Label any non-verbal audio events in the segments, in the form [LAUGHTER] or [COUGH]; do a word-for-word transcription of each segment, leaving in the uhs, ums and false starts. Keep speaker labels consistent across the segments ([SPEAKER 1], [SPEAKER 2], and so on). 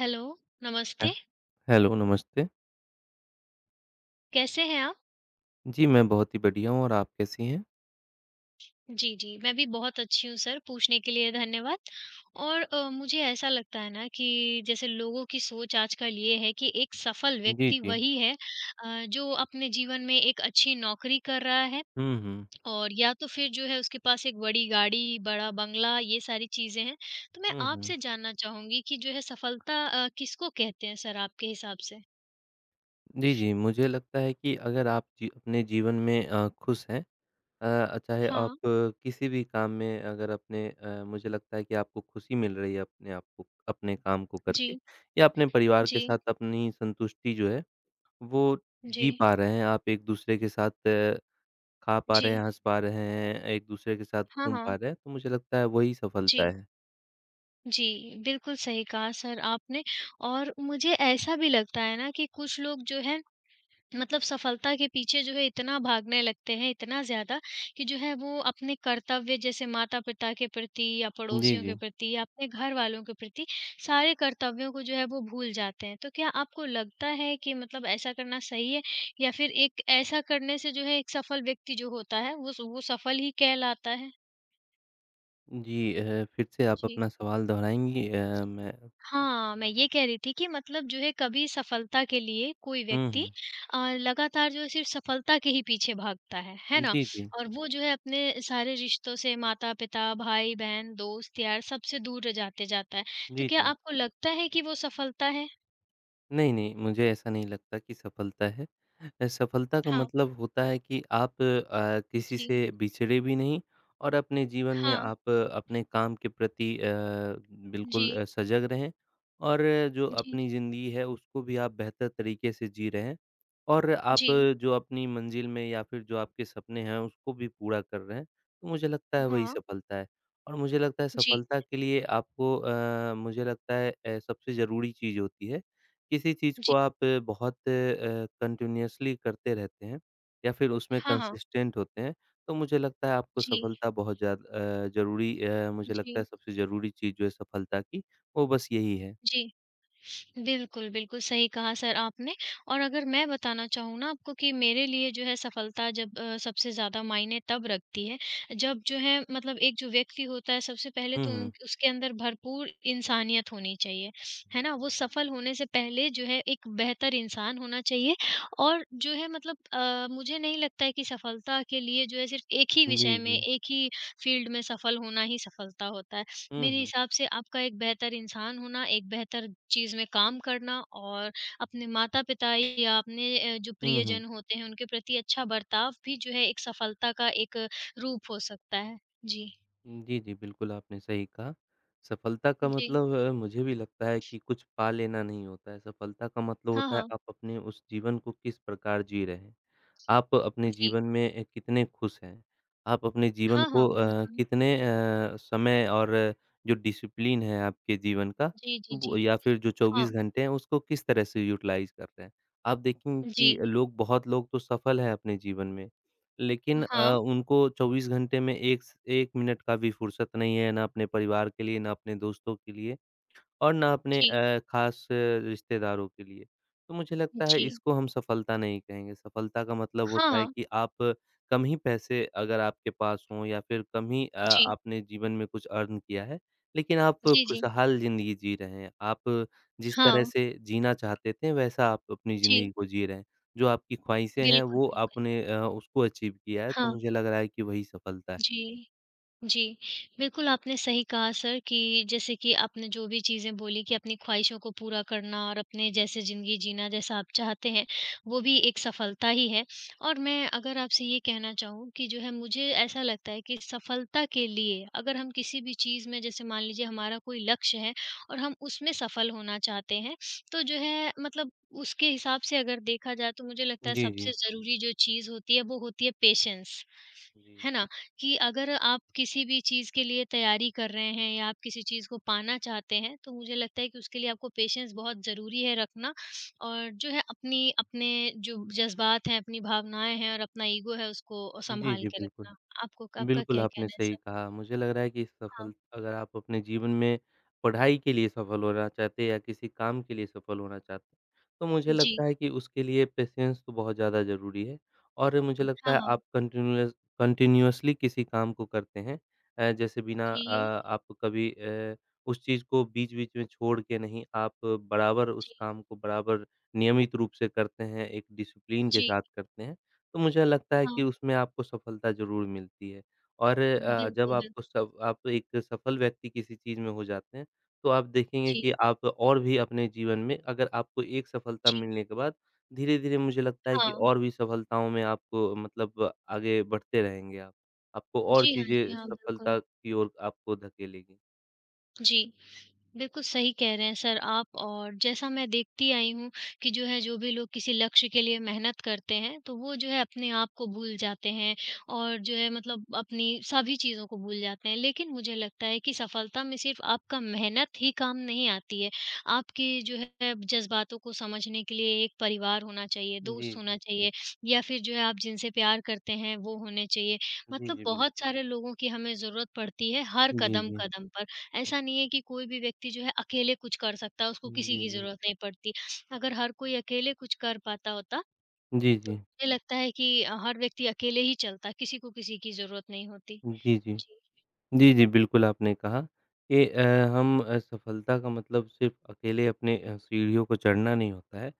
[SPEAKER 1] Hello,
[SPEAKER 2] ह
[SPEAKER 1] नमस्ते,
[SPEAKER 2] hello, नमस्ते।
[SPEAKER 1] कैसे हैं आप?
[SPEAKER 2] जी, मैं बहुत ही बढ़िया हूँ और आप कैसी हैं?
[SPEAKER 1] जी, जी, मैं भी बहुत अच्छी हूँ सर, पूछने के लिए धन्यवाद। और अ, मुझे ऐसा लगता है ना कि जैसे लोगों की सोच आजकल ये है कि एक सफल
[SPEAKER 2] जी,
[SPEAKER 1] व्यक्ति
[SPEAKER 2] जी।
[SPEAKER 1] वही है, अ, जो अपने जीवन में एक अच्छी नौकरी कर रहा है
[SPEAKER 2] हुँ, हुँ।
[SPEAKER 1] और या तो फिर जो है उसके पास एक बड़ी गाड़ी, बड़ा बंगला ये सारी चीज़ें हैं। तो मैं
[SPEAKER 2] हुँ, हुँ।
[SPEAKER 1] आपसे जानना चाहूँगी कि जो है सफलता अ, किसको कहते हैं सर आपके हिसाब से?
[SPEAKER 2] जी, जी, मुझे लगता है कि अगर आप जी अपने जीवन में अ, खुश हैं अ, चाहे आप
[SPEAKER 1] हाँ,
[SPEAKER 2] अ, किसी भी काम में अगर अपने अ, मुझे लगता है कि आपको खुशी मिल रही है अपने आप को अपने काम को करके
[SPEAKER 1] जी,
[SPEAKER 2] या अपने परिवार के
[SPEAKER 1] जी,
[SPEAKER 2] साथ अपनी संतुष्टि जो है, वो
[SPEAKER 1] जी,
[SPEAKER 2] जी पा रहे हैं, आप एक-दूसरे के साथ अ, खा पा
[SPEAKER 1] जी।
[SPEAKER 2] रहे हैं, हँस पा रहे हैं, एक-दूसरे के साथ
[SPEAKER 1] हाँ,
[SPEAKER 2] घूम पा
[SPEAKER 1] हाँ,
[SPEAKER 2] रहे हैं, तो मुझे लगता है वही सफलता
[SPEAKER 1] जी।
[SPEAKER 2] है।
[SPEAKER 1] जी, बिल्कुल सही कहा सर आपने। और मुझे ऐसा भी लगता है ना कि कुछ लोग जो है मतलब सफलता के पीछे जो है इतना भागने लगते हैं, इतना ज़्यादा कि जो है वो अपने कर्तव्य जैसे माता-पिता के प्रति या
[SPEAKER 2] जी,
[SPEAKER 1] पड़ोसियों के
[SPEAKER 2] जी।
[SPEAKER 1] प्रति या अपने घरवालों के प्रति सारे कर्तव्यों को जो है वो भूल जाते हैं। तो क्या आपको लगता है कि मतलब ऐसा करना सही है? या फिर एक ऐसा करने से जो है एक सफल व्यक्ति जो होता है वो स वो सफल ही कहलाता है?
[SPEAKER 2] जी अ, फिर से आप
[SPEAKER 1] जी।
[SPEAKER 2] अपना सवाल दोहराएँगी? अ, मैं
[SPEAKER 1] हाँ, मैं ये कह रही थी कि मतलब जो है कभी सफलता के लिए कोई
[SPEAKER 2] हुँ,
[SPEAKER 1] व्यक्ति
[SPEAKER 2] हुँ।
[SPEAKER 1] अ, लगातार जो है सिर्फ़ सफलता के ही पीछे भागता है, है ना?
[SPEAKER 2] जी, जी।
[SPEAKER 1] और वो जो है अपने सारे रिश्तों से माता-पिता, भाई-बहन, दोस्त, यार सबसे दूर रह जाते जाता है। तो
[SPEAKER 2] जी,
[SPEAKER 1] क्या
[SPEAKER 2] जी।
[SPEAKER 1] आपको लगता है कि वो सफलता है?
[SPEAKER 2] नहीं, नहीं, मुझे ऐसा नहीं लगता कि सफलता है। अ, सफलता का
[SPEAKER 1] हाँ,
[SPEAKER 2] मतलब होता है कि आप अ, किसी से
[SPEAKER 1] जी।
[SPEAKER 2] बिछड़े भी नहीं और अपने जीवन में
[SPEAKER 1] हाँ,
[SPEAKER 2] आप अपने काम के प्रति अ, बिल्कुल
[SPEAKER 1] जी,
[SPEAKER 2] अ, सजग रहें और जो
[SPEAKER 1] जी,
[SPEAKER 2] अपनी ज़िंदगी है उसको भी आप बेहतर तरीके से जी रहे हैं और आप
[SPEAKER 1] जी।
[SPEAKER 2] जो अपनी मंज़िल में या फिर जो आपके सपने हैं उसको भी पूरा कर रहे हैं। तो मुझे लगता है वही
[SPEAKER 1] हाँ,
[SPEAKER 2] सफलता है और मुझे लगता है
[SPEAKER 1] जी,
[SPEAKER 2] सफलता के लिए आपको अ, मुझे लगता है अ, सबसे ज़रूरी चीज़ होती है किसी चीज़ को
[SPEAKER 1] जी।
[SPEAKER 2] आप बहुत अ, कंटीन्यूअसली करते रहते हैं या फिर उसमें
[SPEAKER 1] हाँ, हाँ।
[SPEAKER 2] कंसिस्टेंट होते हैं, तो मुझे लगता है आपको
[SPEAKER 1] जी,
[SPEAKER 2] सफलता बहुत ज़्याद अ, ज़रूरी अ, मुझे लगता है
[SPEAKER 1] जी,
[SPEAKER 2] सबसे ज़रूरी चीज़ जो है सफलता की, वो बस यही है।
[SPEAKER 1] जी। बिल्कुल, बिल्कुल, सही कहा सर आपने। और अगर मैं बताना चाहूँ ना आपको कि मेरे लिए जो है सफलता जब अ, सबसे ज़्यादा मायने तब रखती है, जब जो है मतलब एक जो व्यक्ति होता है सबसे पहले
[SPEAKER 2] हुँ,
[SPEAKER 1] तो उन
[SPEAKER 2] हुँ।
[SPEAKER 1] उसके अंदर भरपूर इंसानियत होनी चाहिए, है ना? वो सफल होने से पहले जो है एक बेहतर इंसान होना चाहिए। और जो है मतलब अ, मुझे नहीं लगता है कि सफलता के लिए जो है सिर्फ़ एक ही
[SPEAKER 2] जी,
[SPEAKER 1] विषय में,
[SPEAKER 2] जी।
[SPEAKER 1] एक ही फ़ील्ड में सफल होना ही सफलता होता है।
[SPEAKER 2] हुँ,
[SPEAKER 1] मेरे
[SPEAKER 2] हुँ।
[SPEAKER 1] हिसाब से आपका एक बेहतर इंसान होना, एक बेहतर चीज़ में काम करना और अपने माता-पिता या अपने अ, जो
[SPEAKER 2] हुँ, हुँ।
[SPEAKER 1] प्रियजन होते हैं, उनके प्रति अच्छा बर्ताव भी जो है एक सफलता का एक रूप हो सकता है। जी,
[SPEAKER 2] जी, जी, बिल्कुल आपने सही कहा। सफलता का
[SPEAKER 1] जी।
[SPEAKER 2] मतलब अ, मुझे भी लगता है कि कुछ पा लेना नहीं होता है, सफलता का मतलब
[SPEAKER 1] हाँ,
[SPEAKER 2] होता है
[SPEAKER 1] हाँ।
[SPEAKER 2] आप अपने उस जीवन को किस प्रकार जी रहे हैं। आप अपने
[SPEAKER 1] जी।
[SPEAKER 2] जीवन में अ, कितने खुश हैं? आप अपने जीवन
[SPEAKER 1] हाँ,
[SPEAKER 2] को
[SPEAKER 1] हाँ,
[SPEAKER 2] अ,
[SPEAKER 1] बिल्कुल।
[SPEAKER 2] कितने अ, समय और जो डिसिप्लिन है आपके जीवन का
[SPEAKER 1] जी, जी,
[SPEAKER 2] वो
[SPEAKER 1] जी।
[SPEAKER 2] या फिर जो चौबीस
[SPEAKER 1] हाँ,
[SPEAKER 2] घंटे हैं उसको किस तरह से यूटिलाइज़ कर रहे हैं? आप देखेंगे
[SPEAKER 1] जी।
[SPEAKER 2] कि लोग बहुत लोग तो सफल हैं अपने जीवन में, लेकिन
[SPEAKER 1] हाँ,
[SPEAKER 2] अ, उनको चौबीस घंटे में 1 स एक मिनट का भी फुर्सत नहीं है, ना अपने परिवार के लिए, ना अपने दोस्तों के लिए। और ना अपने
[SPEAKER 1] जी,
[SPEAKER 2] अ, ख़ास रिश्तेदारों के लिए। तो मुझे लगता है
[SPEAKER 1] जी।
[SPEAKER 2] इसको हम सफलता नहीं कहेंगे, सफलता का मतलब
[SPEAKER 1] हाँ,
[SPEAKER 2] होता है
[SPEAKER 1] हाँ।
[SPEAKER 2] कि आप कम ही पैसे अगर आपके पास हों या फिर कम ही अ,
[SPEAKER 1] जी।
[SPEAKER 2] आपने जीवन में कुछ अर्न किया है, लेकिन आप
[SPEAKER 1] जी, जी।
[SPEAKER 2] खुशहाल ज़िंदगी जी रहे हैं। आप जिस तरह
[SPEAKER 1] हाँ,
[SPEAKER 2] से जीना चाहते थे वैसा आप अपनी
[SPEAKER 1] जी।
[SPEAKER 2] ज़िंदगी को जी रहे हैं। जो आपकी ख़्वाहिशें हैं
[SPEAKER 1] बिल्कुल,
[SPEAKER 2] वो
[SPEAKER 1] बिल्कुल।
[SPEAKER 2] आपने अ, उसको अचीव किया है, तो
[SPEAKER 1] हाँ,
[SPEAKER 2] मुझे लग रहा है कि वही सफलता है।
[SPEAKER 1] जी। जी, बिल्कुल आपने सही कहा सर कि जैसे कि आपने जो भी चीज़ें बोली कि अपनी ख्वाहिशों को पूरा करना और अपने जैसे ज़िंदगी जीना जैसा आप चाहते हैं, वो भी एक सफलता ही है। और मैं अगर आपसे ये कहना चाहूँ कि जो है मुझे ऐसा लगता है कि सफलता के लिए अगर हम किसी भी चीज़ में जैसे मान लीजिए हमारा कोई लक्ष्य है और हम उसमें सफल होना चाहते हैं, तो जो है मतलब उसके हिसाब से अगर देखा जाए तो मुझे लगता है
[SPEAKER 2] जी, जी।
[SPEAKER 1] सबसे ज़रूरी जो चीज़ होती है वो होती है पेशेंस।
[SPEAKER 2] जी।
[SPEAKER 1] है ना? कि अगर आप किसी भी चीज़ के लिए तैयारी कर रहे हैं या आप किसी चीज़ को पाना चाहते हैं, तो मुझे लगता है कि उसके लिए आपको पेशेंस बहुत ज़रूरी है रखना। और जो है अपनी अपने जो जज़्बात हैं, अपनी भावनाएँ हैं और अपना ईगो है उसको
[SPEAKER 2] जी,
[SPEAKER 1] सँभाल
[SPEAKER 2] जी,
[SPEAKER 1] के
[SPEAKER 2] बिल्कुल।
[SPEAKER 1] रखना। आपको आपका
[SPEAKER 2] बिल्कुल,
[SPEAKER 1] क्या
[SPEAKER 2] आपने
[SPEAKER 1] कहना है इस
[SPEAKER 2] सही
[SPEAKER 1] सब?
[SPEAKER 2] कहा। मुझे लग रहा है कि
[SPEAKER 1] हाँ,
[SPEAKER 2] सफल अगर आप अपने जीवन में पढ़ाई के लिए सफल होना चाहते हैं या किसी काम के लिए सफल होना चाहते हैं, तो मुझे
[SPEAKER 1] जी।
[SPEAKER 2] लगता है कि उसके लिए पेशेंस तो बहुत ज़्यादा ज़रूरी है और मुझे लगता
[SPEAKER 1] हाँ,
[SPEAKER 2] है
[SPEAKER 1] हाँ।
[SPEAKER 2] आप कंटिन्यूअस कंटिन्यूअसली किसी काम को करते हैं अ, जैसे बिना अ,
[SPEAKER 1] जी,
[SPEAKER 2] आप कभी अ, उस चीज़ को बीच-बीच में छोड़ के नहीं, आप बराबर उस
[SPEAKER 1] जी,
[SPEAKER 2] काम को बराबर नियमित रूप से करते हैं, एक डिसिप्लिन के
[SPEAKER 1] जी।
[SPEAKER 2] साथ करते हैं, तो मुझे लगता है
[SPEAKER 1] हाँ,
[SPEAKER 2] कि उसमें आपको सफलता ज़रूर मिलती है। और अ, जब
[SPEAKER 1] बिल्कुल, बिल्कुल।
[SPEAKER 2] आपको सब आप एक सफल व्यक्ति किसी चीज़ में हो जाते हैं, तो आप देखेंगे कि
[SPEAKER 1] जी,
[SPEAKER 2] आप और भी अपने जीवन में अगर आपको एक सफलता
[SPEAKER 1] जी।
[SPEAKER 2] मिलने के बाद धीरे-धीरे मुझे लगता है कि
[SPEAKER 1] हाँ।
[SPEAKER 2] और भी सफलताओं में आपको मतलब आगे बढ़ते रहेंगे आप। आपको और
[SPEAKER 1] जी हाँ, जी
[SPEAKER 2] चीज़ें
[SPEAKER 1] हाँ, बिल्कुल।
[SPEAKER 2] सफलता की ओर आपको धकेलेगी।
[SPEAKER 1] जी। बिल्कुल सही कह रहे हैं सर आप। और जैसा मैं देखती आई हूँ कि जो है जो भी लोग किसी लक्ष्य के लिए मेहनत करते हैं तो वो जो है अपने आप को भूल जाते हैं और जो है मतलब अपनी सभी चीज़ों को भूल जाते हैं, लेकिन मुझे लगता है कि सफलता में सिर्फ आपका मेहनत ही काम नहीं आती है। आपकी जो है जज्बातों को समझने के लिए एक परिवार होना चाहिए,
[SPEAKER 2] जी,
[SPEAKER 1] दोस्त
[SPEAKER 2] जी।
[SPEAKER 1] होना चाहिए या फिर जो है आप जिनसे प्यार करते हैं वो होने चाहिए।
[SPEAKER 2] जी,
[SPEAKER 1] मतलब
[SPEAKER 2] जी,
[SPEAKER 1] बहुत
[SPEAKER 2] बिल्कुल।
[SPEAKER 1] सारे लोगों की हमें ज़रूरत पड़ती है हर
[SPEAKER 2] जी,
[SPEAKER 1] कदम
[SPEAKER 2] जी।
[SPEAKER 1] कदम पर। ऐसा नहीं है कि कोई भी व्यक्ति जो है अकेले कुछ कर सकता है, उसको किसी
[SPEAKER 2] जी,
[SPEAKER 1] की जी।
[SPEAKER 2] जी।
[SPEAKER 1] ज़रूरत नहीं पड़ती। अगर हर कोई अकेले कुछ कर पाता होता,
[SPEAKER 2] जी,
[SPEAKER 1] तो
[SPEAKER 2] जी।
[SPEAKER 1] मुझे लगता है कि अ, हर व्यक्ति अकेले ही चलता, किसी को किसी की ज़रूरत नहीं होती।
[SPEAKER 2] जी, जी।
[SPEAKER 1] जी।
[SPEAKER 2] जी, जी, बिल्कुल आपने कहा कि अ, हम अ, सफलता का मतलब सिर्फ़ अकेले अपने अ, सीढ़ियों को चढ़ना नहीं होता है।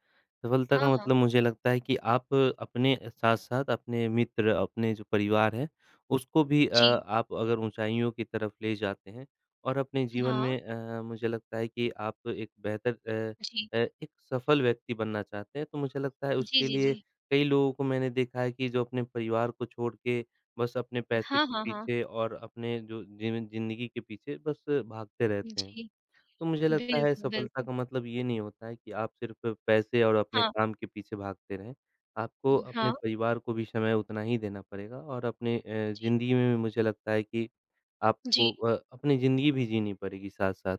[SPEAKER 2] सफलता
[SPEAKER 1] हाँ,
[SPEAKER 2] का
[SPEAKER 1] हाँ।
[SPEAKER 2] मतलब मुझे लगता है कि आप अपने साथ-साथ अपने मित्र, अपने जो परिवार है, उसको भी अ,
[SPEAKER 1] जी।
[SPEAKER 2] आप अगर ऊँचाइयों की तरफ ले जाते हैं और अपने जीवन
[SPEAKER 1] हाँ।
[SPEAKER 2] में अ, मुझे लगता है कि आप एक बेहतर अ
[SPEAKER 1] जी।
[SPEAKER 2] अ, एक सफल व्यक्ति बनना चाहते हैं, तो मुझे लगता है
[SPEAKER 1] जी,
[SPEAKER 2] उसके
[SPEAKER 1] जी,
[SPEAKER 2] लिए
[SPEAKER 1] जी।
[SPEAKER 2] कई लोगों को मैंने देखा है कि जो अपने परिवार को छोड़ के बस अपने पैसे
[SPEAKER 1] हाँ,
[SPEAKER 2] के
[SPEAKER 1] हाँ, हाँ।
[SPEAKER 2] पीछे और अपने जो जीवन ज़िंदगी के पीछे बस भागते रहते हैं।
[SPEAKER 1] जी।
[SPEAKER 2] तो मुझे लगता है
[SPEAKER 1] बिल्कुल,
[SPEAKER 2] सफलता
[SPEAKER 1] बिल्कुल।
[SPEAKER 2] का मतलब ये नहीं होता है कि आप सिर्फ़ पैसे और अपने
[SPEAKER 1] हाँ।
[SPEAKER 2] काम के पीछे भागते रहें। आपको अपने
[SPEAKER 1] हाँ।
[SPEAKER 2] परिवार को भी समय उतना ही देना पड़ेगा और अपने अ,
[SPEAKER 1] जी।
[SPEAKER 2] ज़िंदगी में भी मुझे लगता है कि
[SPEAKER 1] जी।
[SPEAKER 2] आपको अ, अपनी ज़िंदगी भी जीनी पड़ेगी साथ-साथ।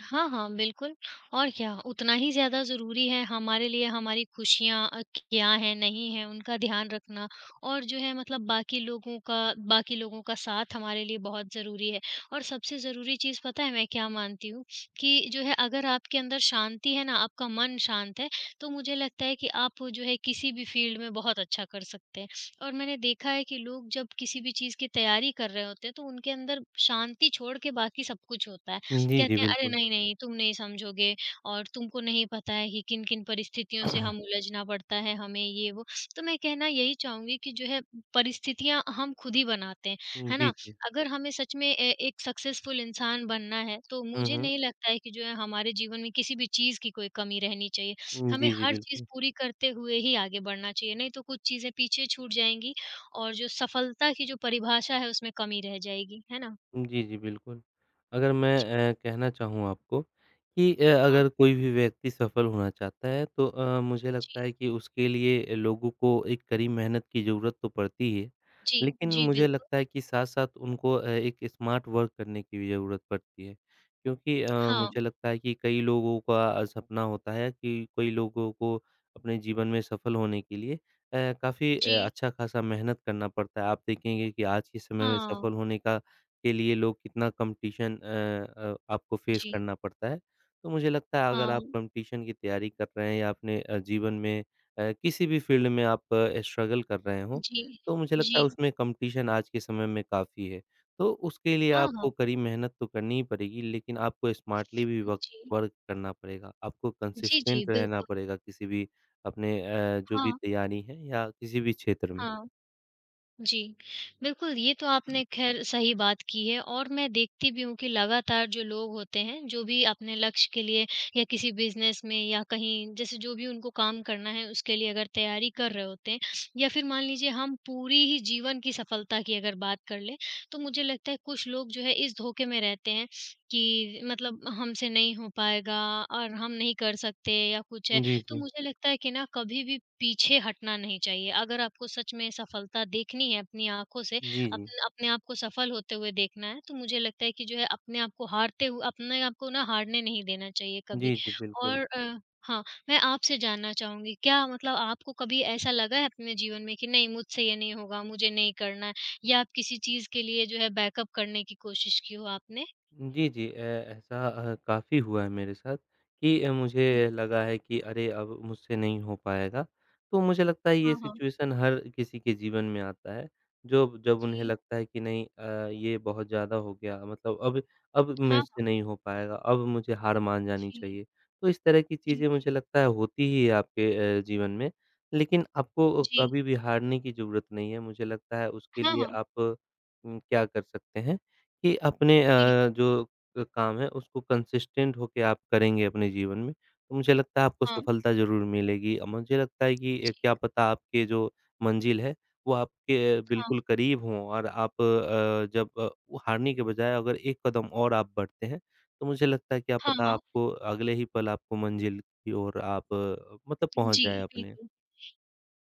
[SPEAKER 1] हाँ, हाँ, बिल्कुल। और क्या उतना ही ज़्यादा ज़रूरी है हमारे लिए हमारी खुशियाँ अ, क्या हैं, नहीं हैं, उनका ध्यान रखना। और जो है मतलब बाकी लोगों का बाकी लोगों का साथ हमारे लिए बहुत ज़रूरी है। और सबसे ज़रूरी चीज़ पता है मैं क्या मानती हूँ कि जो है अगर आपके अंदर शांति है ना, आपका मन शांत है, तो मुझे लगता है कि आप जो है किसी भी फ़ील्ड में बहुत अच्छा कर सकते हैं। और मैंने देखा है कि लोग जब किसी भी चीज़ की तैयारी कर रहे होते हैं, तो उनके अंदर शांति छोड़ के बाकी सब कुछ होता है।
[SPEAKER 2] जी, जी,
[SPEAKER 1] कहते हैं, "अरे!
[SPEAKER 2] बिल्कुल।
[SPEAKER 1] नहीं, नहीं, तुम नहीं समझोगे और तुमको नहीं पता है कि किन-किन परिस्थितियों से हम
[SPEAKER 2] [CLEARS THROAT]
[SPEAKER 1] उलझना पड़ता है हमें ये वो।" तो मैं कहना यही चाहूँगी कि जो है परिस्थितियाँ हम खुद ही बनाते हैं, है
[SPEAKER 2] जी,
[SPEAKER 1] ना?
[SPEAKER 2] जी।
[SPEAKER 1] अगर हमें सच में ए एक सक्सेसफुल इंसान बनना है, तो
[SPEAKER 2] हुँ,
[SPEAKER 1] मुझे
[SPEAKER 2] हुँ।
[SPEAKER 1] नहीं लगता है कि जो है हमारे जीवन में किसी भी चीज़ की कोई कमी रहनी चाहिए। हमें
[SPEAKER 2] जी, जी,
[SPEAKER 1] हर चीज़
[SPEAKER 2] बिल्कुल।
[SPEAKER 1] पूरी करते हुए ही आगे बढ़ना चाहिए, नहीं तो कुछ चीज़ें पीछे छूट जाएँगी और जो सफलता की जो परिभाषा है उसमें कमी रह जाएगी, है ना?
[SPEAKER 2] जी, जी, बिल्कुल। अगर
[SPEAKER 1] जी,
[SPEAKER 2] मैं अ, कहना चाहूँ आपको कि अ,
[SPEAKER 1] हाँ,
[SPEAKER 2] अगर कोई भी व्यक्ति सफल होना चाहता है तो अ, मुझे लगता
[SPEAKER 1] जी।
[SPEAKER 2] है कि उसके लिए लोगों को एक कड़ी मेहनत की ज़रूरत तो पड़ती ही है।
[SPEAKER 1] जी,
[SPEAKER 2] लेकिन
[SPEAKER 1] जी,
[SPEAKER 2] मुझे
[SPEAKER 1] बिल्कुल।
[SPEAKER 2] लगता है कि साथ-साथ उनको अ, एक स्मार्ट वर्क करने की भी ज़रूरत पड़ती है। क्योंकि अ,
[SPEAKER 1] हाँ,
[SPEAKER 2] मुझे लगता है कि कई लोगों का अ, सपना होता है कि कई लोगों को अपने जीवन में सफल होने के लिए अ, काफ़ी अ,
[SPEAKER 1] जी,
[SPEAKER 2] अच्छा-खासा मेहनत करना पड़ता है। आप देखेंगे कि आज के समय में
[SPEAKER 1] हाँ,
[SPEAKER 2] सफल होने का के लिए लोग कितना कॉम्पिटिशन अ अ, आपको फेस
[SPEAKER 1] जी,
[SPEAKER 2] करना पड़ता है। तो मुझे लगता है अगर
[SPEAKER 1] हाँ,
[SPEAKER 2] आप कॉम्पिटिशन की तैयारी कर रहे हैं या अपने अ, जीवन में अ, किसी भी फ़ील्ड में आप स्ट्रगल कर रहे हों,
[SPEAKER 1] जी,
[SPEAKER 2] तो मुझे लगता
[SPEAKER 1] जी,
[SPEAKER 2] है उसमें कॉम्पिटिशन आज के समय में काफ़ी है। तो उसके लिए
[SPEAKER 1] हाँ,
[SPEAKER 2] आपको
[SPEAKER 1] हाँ,
[SPEAKER 2] कड़ी मेहनत तो करनी ही पड़ेगी, लेकिन आपको स्मार्टली भी वक़्त
[SPEAKER 1] जी,
[SPEAKER 2] वर्क करना पड़ेगा। आपको
[SPEAKER 1] जी, जी,
[SPEAKER 2] कंसिस्टेंट रहना
[SPEAKER 1] बिल्कुल,
[SPEAKER 2] पड़ेगा किसी भी अपने अ, जो भी
[SPEAKER 1] हाँ,
[SPEAKER 2] तैयारी है या किसी भी क्षेत्र में।
[SPEAKER 1] हाँ। जी, बिल्कुल, ये तो आपने ख़ैर सही बात की है। और मैं देखती भी हूँ कि लगातार जो लोग होते हैं, जो भी अपने लक्ष्य के लिए या किसी बिज़नेस में या कहीं जैसे जो भी उनको काम करना है, उसके लिए अगर तैयारी कर रहे होते हैं या फिर मान लीजिए हम पूरी ही जीवन की सफलता की अगर बात कर लें, तो मुझे लगता है कुछ लोग जो है इस धोखे में रहते हैं कि मतलब हमसे नहीं हो पाएगा और हम नहीं कर सकते या कुछ है।
[SPEAKER 2] जी,
[SPEAKER 1] तो
[SPEAKER 2] जी।
[SPEAKER 1] मुझे लगता है कि ना कभी भी पीछे हटना नहीं चाहिए। अगर आपको सच में सफलता देखनी है अपनी आँखों से,
[SPEAKER 2] जी,
[SPEAKER 1] अप
[SPEAKER 2] जी।
[SPEAKER 1] अपने आप को सफल होते हुए देखना है, तो मुझे लगता है कि जो है अपने आप को हारते हुए अपने आप को ना हारने नहीं देना चाहिए कभी।
[SPEAKER 2] जी, जी, बिल्कुल।
[SPEAKER 1] और अ, हाँ, मैं आपसे जानना चाहूँगी क्या मतलब आपको कभी ऐसा लगा है अपने जीवन में कि नहीं मुझसे ये नहीं होगा, मुझे नहीं करना है या आप किसी चीज़ के लिए जो है बैकअप करने की कोशिश की हो आपने?
[SPEAKER 2] जी, जी। अ, ऐसा अ, काफ़ी हुआ है मेरे साथ कि अ,
[SPEAKER 1] जी।
[SPEAKER 2] मुझे लगा है कि अरे! अब मुझसे नहीं हो पाएगा। तो मुझे लगता है ये
[SPEAKER 1] हाँ, हाँ।
[SPEAKER 2] सिचुएशन हर किसी के जीवन में आता है, जो जब उन्हें
[SPEAKER 1] जी।
[SPEAKER 2] लगता है कि नहीं अ, ये बहुत ज़्यादा हो गया मतलब अब अब
[SPEAKER 1] हाँ,
[SPEAKER 2] मुझसे
[SPEAKER 1] हाँ।
[SPEAKER 2] नहीं हो पाएगा, अब मुझे हार मान जानी
[SPEAKER 1] जी।
[SPEAKER 2] चाहिए। तो इस तरह की
[SPEAKER 1] जी,
[SPEAKER 2] चीज़ें मुझे
[SPEAKER 1] जी।
[SPEAKER 2] लगता है होती ही है आपके अ, जीवन में। लेकिन आपको
[SPEAKER 1] जी।
[SPEAKER 2] कभी भी हारने की ज़रूरत नहीं है, मुझे लगता है उसके
[SPEAKER 1] हाँ,
[SPEAKER 2] लिए
[SPEAKER 1] हाँ।
[SPEAKER 2] आप उम, क्या कर सकते हैं कि अपने
[SPEAKER 1] जी।
[SPEAKER 2] अ, जो अ, काम है उसको कंसिस्टेंट होके आप करेंगे अपने जीवन में, तो मुझे लगता है आपको
[SPEAKER 1] हाँ,
[SPEAKER 2] सफलता ज़रूर मिलेगी। अ, मुझे लगता है कि अ,
[SPEAKER 1] जी,
[SPEAKER 2] क्या पता आपके जो मंजिल है वो आपके
[SPEAKER 1] हाँ,
[SPEAKER 2] बिल्कुल करीब हों और आप अ, जब अ, हारने के बजाय अगर एक कदम और आप बढ़ते हैं, तो मुझे लगता है क्या
[SPEAKER 1] हाँ,
[SPEAKER 2] पता
[SPEAKER 1] हाँ,
[SPEAKER 2] आपको अगले ही पल आपको मंजिल की ओर आप अ, मतलब पहुँच
[SPEAKER 1] जी,
[SPEAKER 2] जाएँ अपने।
[SPEAKER 1] बिल्कुल।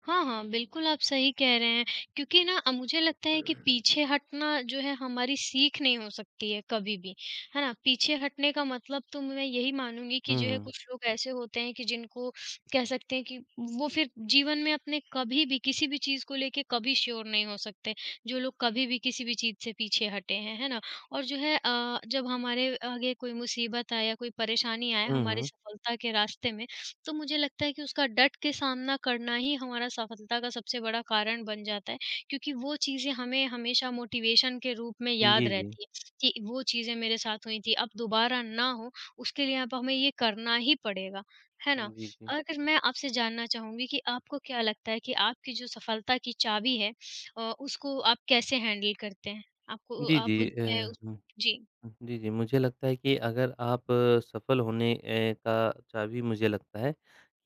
[SPEAKER 1] हाँ, हाँ, बिल्कुल आप सही कह रहे हैं। क्योंकि ना अ, मुझे लगता है कि पीछे हटना जो है हमारी सीख नहीं हो सकती है कभी भी, है ना? पीछे हटने का मतलब तो मैं यही मानूँगी कि
[SPEAKER 2] हुँ,
[SPEAKER 1] जो है
[SPEAKER 2] हुँ।
[SPEAKER 1] कुछ लोग ऐसे होते हैं कि जिनको कह सकते हैं कि वो फिर जीवन में अपने कभी भी किसी भी चीज़ को लेके कभी श्योर नहीं हो सकते, जो लोग कभी भी किसी भी चीज़ से पीछे हटे हैं, है ना? और जो है अ, जब हमारे आगे कोई मुसीबत आए या कोई परेशानी आए
[SPEAKER 2] हुँ,
[SPEAKER 1] हमारी
[SPEAKER 2] हुँ।
[SPEAKER 1] सफलता के रास्ते में तो मुझे लगता है कि उसका डट के सामना करना ही हमारा सफलता का सबसे बड़ा कारण बन जाता है, क्योंकि वो चीज़ें हमें हमेशा मोटिवेशन के रूप में
[SPEAKER 2] जी,
[SPEAKER 1] याद
[SPEAKER 2] जी।
[SPEAKER 1] रहती है कि वो चीज़ें मेरे साथ हुई थी, अब दोबारा ना हो उसके लिए अब हमें ये करना ही पड़ेगा, है ना?
[SPEAKER 2] जी, जी।
[SPEAKER 1] अगर मैं आपसे जानना चाहूँगी कि आपको क्या लगता है कि आपकी जो सफलता की चाबी है अ, उसको आप कैसे हैंडल करते हैं? आपको
[SPEAKER 2] जी,
[SPEAKER 1] आप
[SPEAKER 2] जी।
[SPEAKER 1] जो है
[SPEAKER 2] अ,
[SPEAKER 1] उस
[SPEAKER 2] हुँ।
[SPEAKER 1] जी।
[SPEAKER 2] जी, जी। मुझे लगता है कि अगर आप अ, सफल होने ए, का चाबी मुझे लगता है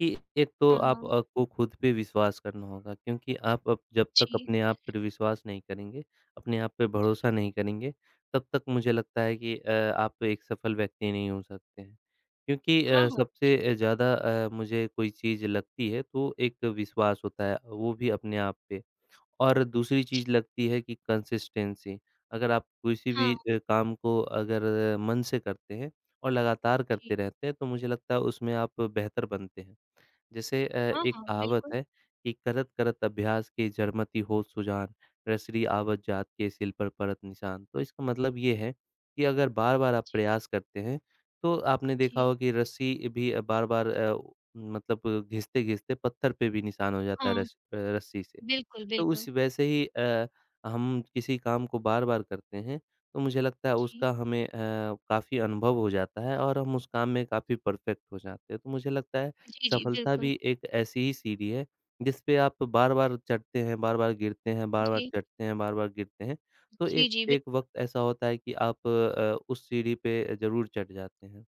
[SPEAKER 2] कि एक तो
[SPEAKER 1] हाँ,
[SPEAKER 2] आप
[SPEAKER 1] हाँ।
[SPEAKER 2] अ, को खुद पे विश्वास करना होगा क्योंकि आप अप जब तक
[SPEAKER 1] जी,
[SPEAKER 2] अपने आप पर विश्वास नहीं करेंगे, अपने आप पे भरोसा
[SPEAKER 1] जी।
[SPEAKER 2] नहीं करेंगे, तब तक मुझे लगता है कि अ, आप एक सफल व्यक्ति नहीं हो सकते हैं। क्योंकि
[SPEAKER 1] हाँ,
[SPEAKER 2] अ,
[SPEAKER 1] हाँ।
[SPEAKER 2] सबसे अ, ज़्यादा अ, मुझे कोई चीज़ लगती है तो एक विश्वास होता है, वो भी अपने आप पे। और दूसरी
[SPEAKER 1] जी।
[SPEAKER 2] चीज़ लगती है कि कंसिस्टेंसी। अगर आप किसी
[SPEAKER 1] हाँ,
[SPEAKER 2] भी अ, काम को अगर मन से करते हैं और लगातार करते
[SPEAKER 1] जी।
[SPEAKER 2] रहते हैं, तो मुझे लगता है उसमें आप बेहतर बनते हैं। जैसे अ,
[SPEAKER 1] हाँ,
[SPEAKER 2] एक
[SPEAKER 1] हाँ,
[SPEAKER 2] कहावत
[SPEAKER 1] बिल्कुल।
[SPEAKER 2] है कि करत करत अभ्यास के जड़मति होत सुजान, रसरी आवत जात के सिल पर परत निशान। तो इसका मतलब ये है कि अगर बार-बार आप
[SPEAKER 1] जी,
[SPEAKER 2] प्रयास करते हैं, तो आपने देखा होगा
[SPEAKER 1] जी।
[SPEAKER 2] कि रस्सी भी अ, बार-बार अ, मतलब घिसते-घिसते पत्थर पे भी निशान हो जाता है
[SPEAKER 1] हाँ,
[SPEAKER 2] रस अ, रस्सी से।
[SPEAKER 1] बिल्कुल,
[SPEAKER 2] तो
[SPEAKER 1] बिल्कुल।
[SPEAKER 2] उस वैसे ही अ, हम किसी काम को बार-बार करते हैं, तो मुझे लगता है
[SPEAKER 1] जी,
[SPEAKER 2] उसका हमें अ, काफ़ी अनुभव हो जाता है और हम उस काम में काफ़ी परफ़ेक्ट हो जाते हैं। तो मुझे लगता है
[SPEAKER 1] जी, जी,
[SPEAKER 2] सफलता
[SPEAKER 1] बिल्कुल।
[SPEAKER 2] भी एक ऐसी ही सीढ़ी है, जिस पे आप बार-बार चढ़ते हैं, बार-बार गिरते हैं, बार-बार
[SPEAKER 1] जी,
[SPEAKER 2] चढ़ते हैं, बार-बार गिरते हैं। तो एक
[SPEAKER 1] जी, जी,
[SPEAKER 2] एक
[SPEAKER 1] बिल्कुल।
[SPEAKER 2] वक़्त ऐसा होता है कि आप अ, उस सीढ़ी पे ज़रूर चढ़ जाते हैं।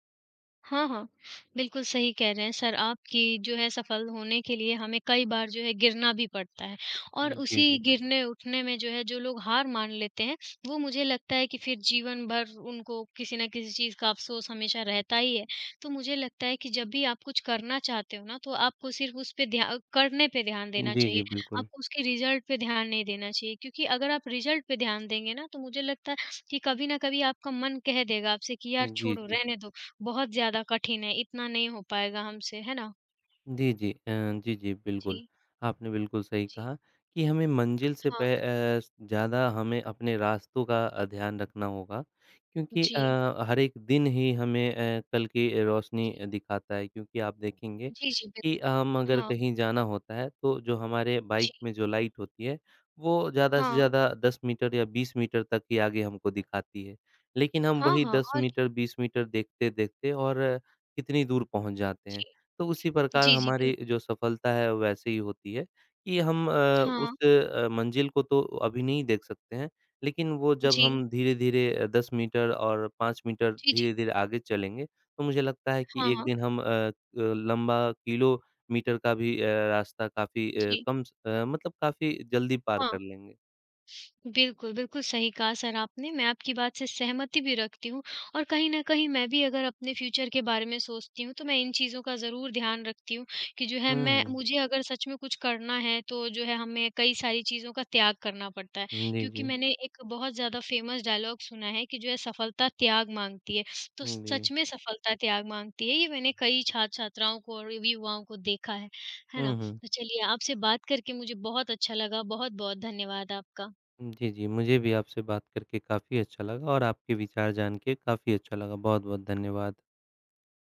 [SPEAKER 1] हाँ, हाँ। बिल्कुल सही कह रहे हैं सर आप कि जो है सफल होने के लिए हमें कई बार जो है गिरना भी पड़ता है और
[SPEAKER 2] जी,
[SPEAKER 1] उसी
[SPEAKER 2] जी।
[SPEAKER 1] गिरने-उठने में जो है जो लोग हार मान लेते हैं, वो मुझे लगता है कि फिर जीवन भर उनको किसी न किसी चीज़ का अफ़सोस हमेशा रहता ही है। तो मुझे लगता है कि जब भी आप कुछ करना चाहते हो ना, तो आपको सिर्फ़ उस पे ध्या करने पे ध्यान देना
[SPEAKER 2] जी, जी,
[SPEAKER 1] चाहिए,
[SPEAKER 2] बिल्कुल।
[SPEAKER 1] आपको उसके रिज़ल्ट पे ध्यान नहीं देना चाहिए क्योंकि अगर आप रिज़ल्ट पे ध्यान देंगे ना, तो मुझे लगता है कि कभी न कभी आपका मन कह देगा आपसे कि यार
[SPEAKER 2] जी,
[SPEAKER 1] छोड़ो,
[SPEAKER 2] जी।
[SPEAKER 1] रहने दो, बहुत ज़्यादा कठिन है, इतना नहीं हो पाएगा हमसे, है ना?
[SPEAKER 2] जी, जी। अ, जी, जी, बिल्कुल।
[SPEAKER 1] जी,
[SPEAKER 2] आपने बिल्कुल सही
[SPEAKER 1] जी,
[SPEAKER 2] कहा कि हमें मंज़िल से
[SPEAKER 1] हाँ,
[SPEAKER 2] पह अ, ज़्यादा हमें अपने रास्तों का अ, ध्यान रखना होगा क्योंकि
[SPEAKER 1] जी,
[SPEAKER 2] अ, हर एक दिन ही हमें अ, कल की रोशनी
[SPEAKER 1] जी,
[SPEAKER 2] दिखाता है क्योंकि आप देखेंगे
[SPEAKER 1] जी, जी, बिल
[SPEAKER 2] कि हम अगर
[SPEAKER 1] हाँ,
[SPEAKER 2] कहीं जाना होता है तो जो हमारे
[SPEAKER 1] जी,
[SPEAKER 2] बाइक में जो लाइट होती है, वो ज़्यादा से
[SPEAKER 1] हाँ,
[SPEAKER 2] ज़्यादा दस मीटर या बीस मीटर तक ही आगे हमको दिखाती है। लेकिन हम
[SPEAKER 1] हाँ,
[SPEAKER 2] वही
[SPEAKER 1] हाँ
[SPEAKER 2] दस
[SPEAKER 1] और क्या।
[SPEAKER 2] मीटर, बीस मीटर देखते-देखते और कितनी दूर पहुँच जाते हैं।
[SPEAKER 1] जी,
[SPEAKER 2] तो उसी प्रकार
[SPEAKER 1] जी, जी,
[SPEAKER 2] हमारी
[SPEAKER 1] बिल्कुल,
[SPEAKER 2] जो सफलता है वैसे ही होती है कि हम अ, उस
[SPEAKER 1] हाँ,
[SPEAKER 2] अ, मंजिल को तो अभी नहीं देख सकते हैं, लेकिन वो जब
[SPEAKER 1] जी,
[SPEAKER 2] हम धीरे-धीरे अ, दस मीटर और पाँच मीटर
[SPEAKER 1] जी, जी,
[SPEAKER 2] धीरे-धीरे आगे चलेंगे, तो मुझे लगता है कि
[SPEAKER 1] हाँ,
[SPEAKER 2] एक
[SPEAKER 1] हाँ,
[SPEAKER 2] दिन हम अ अ, लंबा किलोमीटर का भी अ, रास्ता काफ़ी अ,
[SPEAKER 1] जी,
[SPEAKER 2] कम स अ, मतलब काफ़ी जल्दी पार
[SPEAKER 1] हाँ।
[SPEAKER 2] कर लेंगे।
[SPEAKER 1] बिल्कुल, बिल्कुल सही कहा सर आपने। मैं आपकी बात से सहमति भी रखती हूँ और कहीं न कहीं मैं भी अगर अपने फ्यूचर के बारे में सोचती हूँ, तो मैं इन चीज़ों का ज़रूर ध्यान रखती हूँ कि जो है
[SPEAKER 2] हुँ,
[SPEAKER 1] मैं
[SPEAKER 2] हुँ।
[SPEAKER 1] मुझे अगर सच में कुछ करना है, तो जो है हमें कई सारी चीज़ों का त्याग करना पड़ता है।
[SPEAKER 2] जी,
[SPEAKER 1] क्योंकि
[SPEAKER 2] जी।
[SPEAKER 1] मैंने एक बहुत ज़्यादा फ़ेमस डायलॉग सुना है कि जो है सफलता त्याग माँगती है, तो
[SPEAKER 2] जी।
[SPEAKER 1] सच में सफलता त्याग माँगती है। ये मैंने कई छात्र-छात्राओं को और युवाओं को देखा है। है ना?
[SPEAKER 2] हुँ, हुँ।
[SPEAKER 1] तो चलिए आपसे बात करके मुझे बहुत अच्छा लगा। बहुत-बहुत धन्यवाद आपका।
[SPEAKER 2] जी, जी। मुझे भी आपसे बात करके काफ़ी अच्छा लगा और आपके विचार जान के काफ़ी अच्छा लगा। बहुत-बहुत धन्यवाद।